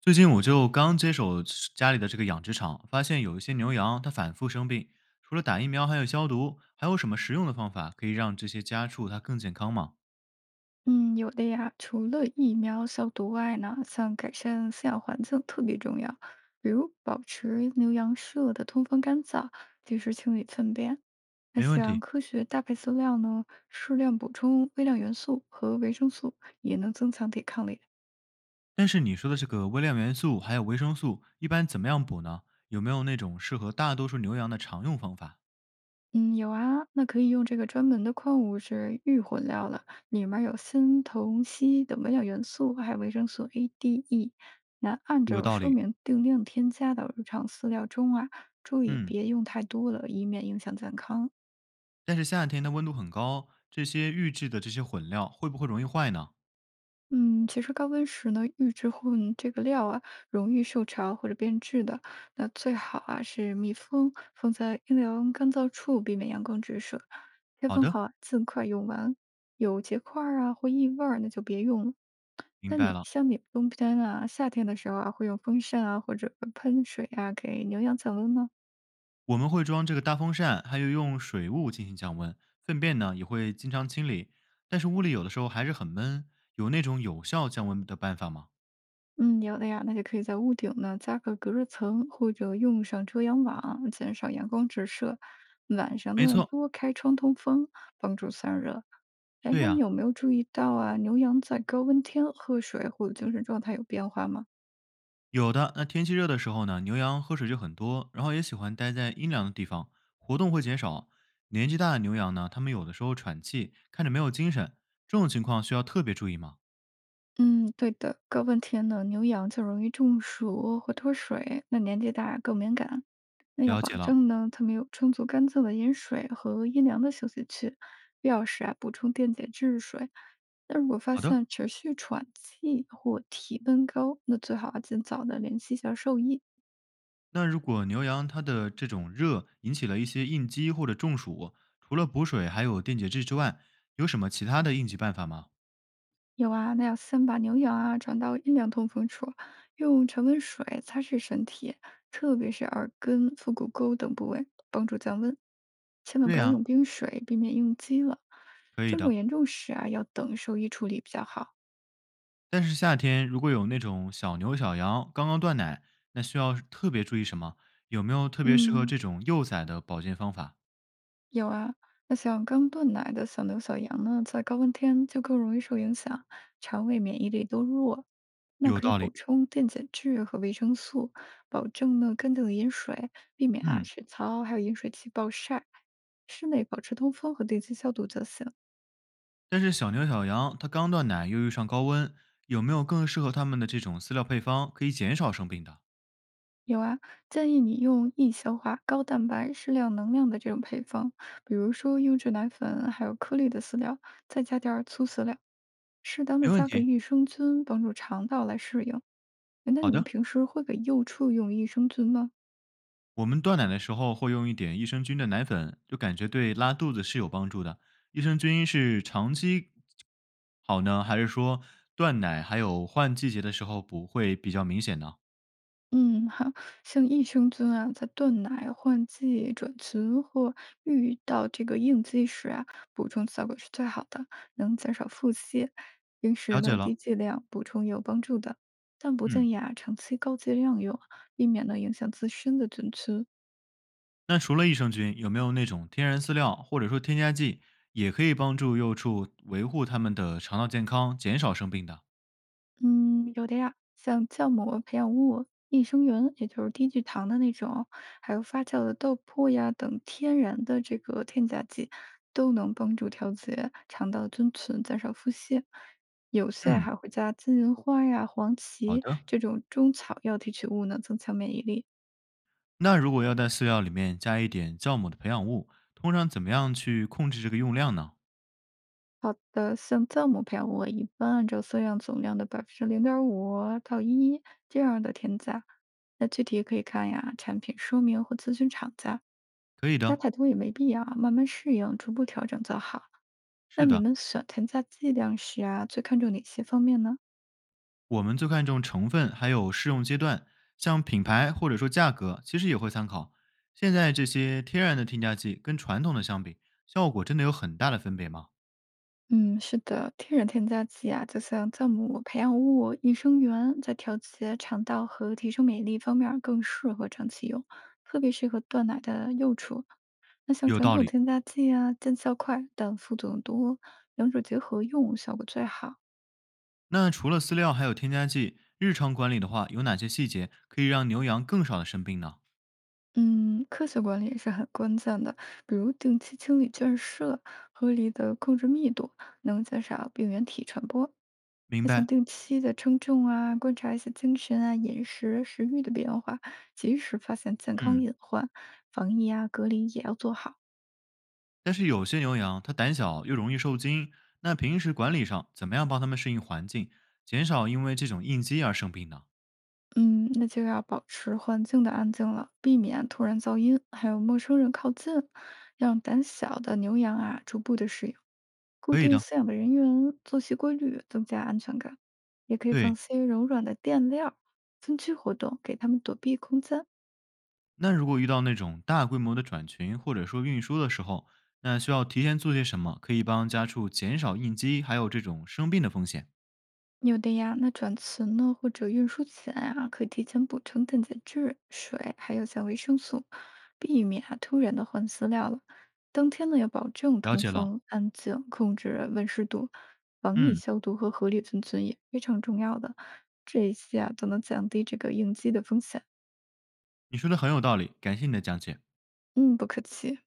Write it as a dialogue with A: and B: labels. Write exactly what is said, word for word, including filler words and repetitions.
A: 最近我就刚接手家里的这个养殖场，发现有一些牛羊它反复生病，除了打疫苗还有消毒，还有什么实用的方法可以让这些家畜它更健康吗？
B: 嗯，有的呀。除了疫苗消毒外呢，像改善饲养环境特别重要，比如保持牛羊舍的通风干燥，及时清理粪便。那
A: 没问题。
B: 像科学搭配饲料呢，适量补充微量元素和维生素，也能增强抵抗力。
A: 但是你说的这个微量元素还有维生素，一般怎么样补呢？有没有那种适合大多数牛羊的常用方法？
B: 嗯，有啊，那可以用这个专门的矿物质玉混料了，里面有锌、铜、硒等微量元素，还有维生素 A、D、E。那按
A: 有
B: 照
A: 道
B: 说
A: 理。
B: 明定量添加到日常饲料中啊，注意
A: 嗯，
B: 别用太多了，以免影响健康。
A: 但是夏天它温度很高，这些预制的这些混料会不会容易坏呢？
B: 嗯，其实高温时呢，预制混这个料啊，容易受潮或者变质的。那最好啊是密封，放在阴凉干燥处，避免阳光直射。开
A: 好
B: 封
A: 的，
B: 好啊，尽快用完。有结块儿啊或异味儿，那就别用了。
A: 明
B: 那
A: 白
B: 你
A: 了。
B: 像你们冬天啊、夏天的时候啊，会用风扇啊或者喷水啊，给牛羊降温吗？
A: 我们会装这个大风扇，还有用水雾进行降温。粪便呢也会经常清理，但是屋里有的时候还是很闷，有那种有效降温的办法吗？
B: 嗯，有的呀，那就可以在屋顶呢加个隔热层，或者用上遮阳网，减少阳光直射。晚上
A: 没
B: 呢，
A: 错，
B: 多开窗通风，帮助散热。哎，
A: 对
B: 那你
A: 呀、
B: 有没有注意到啊？牛羊在高温天喝水或者精神状态有变化吗？
A: 有的。那天气热的时候呢，牛羊喝水就很多，然后也喜欢待在阴凉的地方，活动会减少。年纪大的牛羊呢，他们有的时候喘气，看着没有精神，这种情况需要特别注意吗？
B: 嗯，对的，高温天呢，牛羊就容易中暑或脱水，那年纪大更敏感。那要
A: 了解
B: 保
A: 了，
B: 证呢，它们有充足干净的饮水和阴凉的休息区，必要时啊补充电解质水。那如果发
A: 好的。
B: 现持续喘气或体温高，那最好啊尽早的联系一下兽医。
A: 那如果牛羊它的这种热引起了一些应激或者中暑，除了补水还有电解质之外，有什么其他的应急办法吗？
B: 有啊，那要先把牛羊啊转到阴凉通风处，用常温水擦拭身体，特别是耳根、腹股沟等部位，帮助降温。千万
A: 对
B: 不要
A: 呀，
B: 用冰水，避免应激了。
A: 可以
B: 症
A: 的。
B: 状严重时啊，要等兽医处理比较好。
A: 但是夏天如果有那种小牛小羊刚刚断奶，那需要特别注意什么？有没有特别适合
B: 嗯，
A: 这种幼崽的保健方法？
B: 有啊，那像刚断奶的小牛、小羊呢，在高温天就更容易受影响，肠胃免疫力都弱。那
A: 有
B: 可以
A: 道理。
B: 补充电解质和维生素，保证呢干净的饮水，避免啊
A: 嗯，
B: 水槽还有饮水器暴晒。室内保持通风和定期消毒就行。
A: 但是小牛小羊它刚断奶又遇上高温，有没有更适合它们的这种饲料配方可以减少生病的？
B: 有啊，建议你用易消化、高蛋白、适量能量的这种配方，比如说优质奶粉，还有颗粒的饲料，再加点儿粗饲料，适当的
A: 没问
B: 加个
A: 题。
B: 益生菌，帮助肠道来适应。诶那
A: 好
B: 你们
A: 的。
B: 平时会给幼畜用益生菌吗？
A: 我们断奶的时候会用一点益生菌的奶粉，就感觉对拉肚子是有帮助的。益生菌是长期好呢，还是说断奶还有换季节的时候补会比较明显呢？
B: 嗯，好，像益生菌啊，在断奶、换季、转群或遇到这个应激时啊，补充效果是最好的，能减少腹泻。平时
A: 了解
B: 呢，
A: 了，
B: 低剂量补充也有帮助的，但不
A: 嗯，
B: 建议啊长期高剂量用，避免呢影响自身的菌群。
A: 那除了益生菌，有没有那种天然饲料或者说添加剂也可以帮助幼畜维护它们的肠道健康，减少生病的？
B: 嗯，有的呀，像酵母、培养物、益生元，也就是低聚糖的那种，还有发酵的豆粕呀等天然的这个添加剂，都能帮助调节肠道的菌群，减少腹泻。有些啊
A: 嗯，
B: 还会加金银花呀、黄
A: 好
B: 芪
A: 的。
B: 这种中草药提取物呢，增强免疫力。
A: 那如果要在饲料里面加一点酵母的培养物，通常怎么样去控制这个用量呢？
B: 好的，像酵母培养物啊，一般按照色样总量的百分之零点五到一这样的添加。那具体可以看呀，产品说明或咨询厂家。
A: 可以
B: 加
A: 的，
B: 太多也没必要啊，慢慢适应，逐步调整就好。那
A: 是
B: 你
A: 的。
B: 们选添加剂量时啊，最看重哪些方面呢？
A: 我们最看重成分，还有适用阶段，像品牌或者说价格，其实也会参考。现在这些天然的添加剂跟传统的相比，效果真的有很大的分别吗？
B: 嗯，是的，天然添加剂啊，就像酵母、培养物、益生元，在调节肠道和提升免疫力方面儿更适合长期用，特别适合断奶的幼雏。那像
A: 有
B: 传
A: 道
B: 统
A: 理。
B: 添加剂啊，见效快，但副作用多，两者结合用效果最好。
A: 那除了饲料还有添加剂，日常管理的话，有哪些细节可以让牛羊更少的生病呢？
B: 嗯，科学管理也是很关键的，比如定期清理圈舍，合理的控制密度，能减少病原体传播。
A: 明
B: 那像
A: 白。
B: 定期的称重啊，观察一些精神啊、饮食、食欲的变化，及时发现健康
A: 嗯，
B: 隐患，防疫啊、隔离也要做好。
A: 但是有些牛羊它胆小又容易受惊，那平时管理上怎么样帮它们适应环境，减少因为这种应激而生病呢？
B: 嗯，那就要保持环境的安静了，避免突然噪音，还有陌生人靠近，让胆小的牛羊啊逐步的适应。固
A: 可以
B: 定
A: 的，
B: 饲养的人员，作息规律，增加安全感。也可以放
A: 对。
B: 些柔软的垫料儿分区活动，给他们躲避空间。
A: 那如果遇到那种大规模的转群或者说运输的时候，那需要提前做些什么，可以帮家畜减少应激还有这种生病的风险？
B: 有的呀，那转存呢，或者运输前啊，可以提前补充电解质、水，还有像维生素，避免啊突然的换饲料了。当天呢，要保证
A: 了
B: 通
A: 解了，
B: 风、安静，控制温湿度，防疫
A: 嗯，
B: 消毒和合理分存也非常重要的。这一些啊，都能降低这个应激的风险。
A: 你说的很有道理，感谢你的讲解。
B: 嗯，不客气。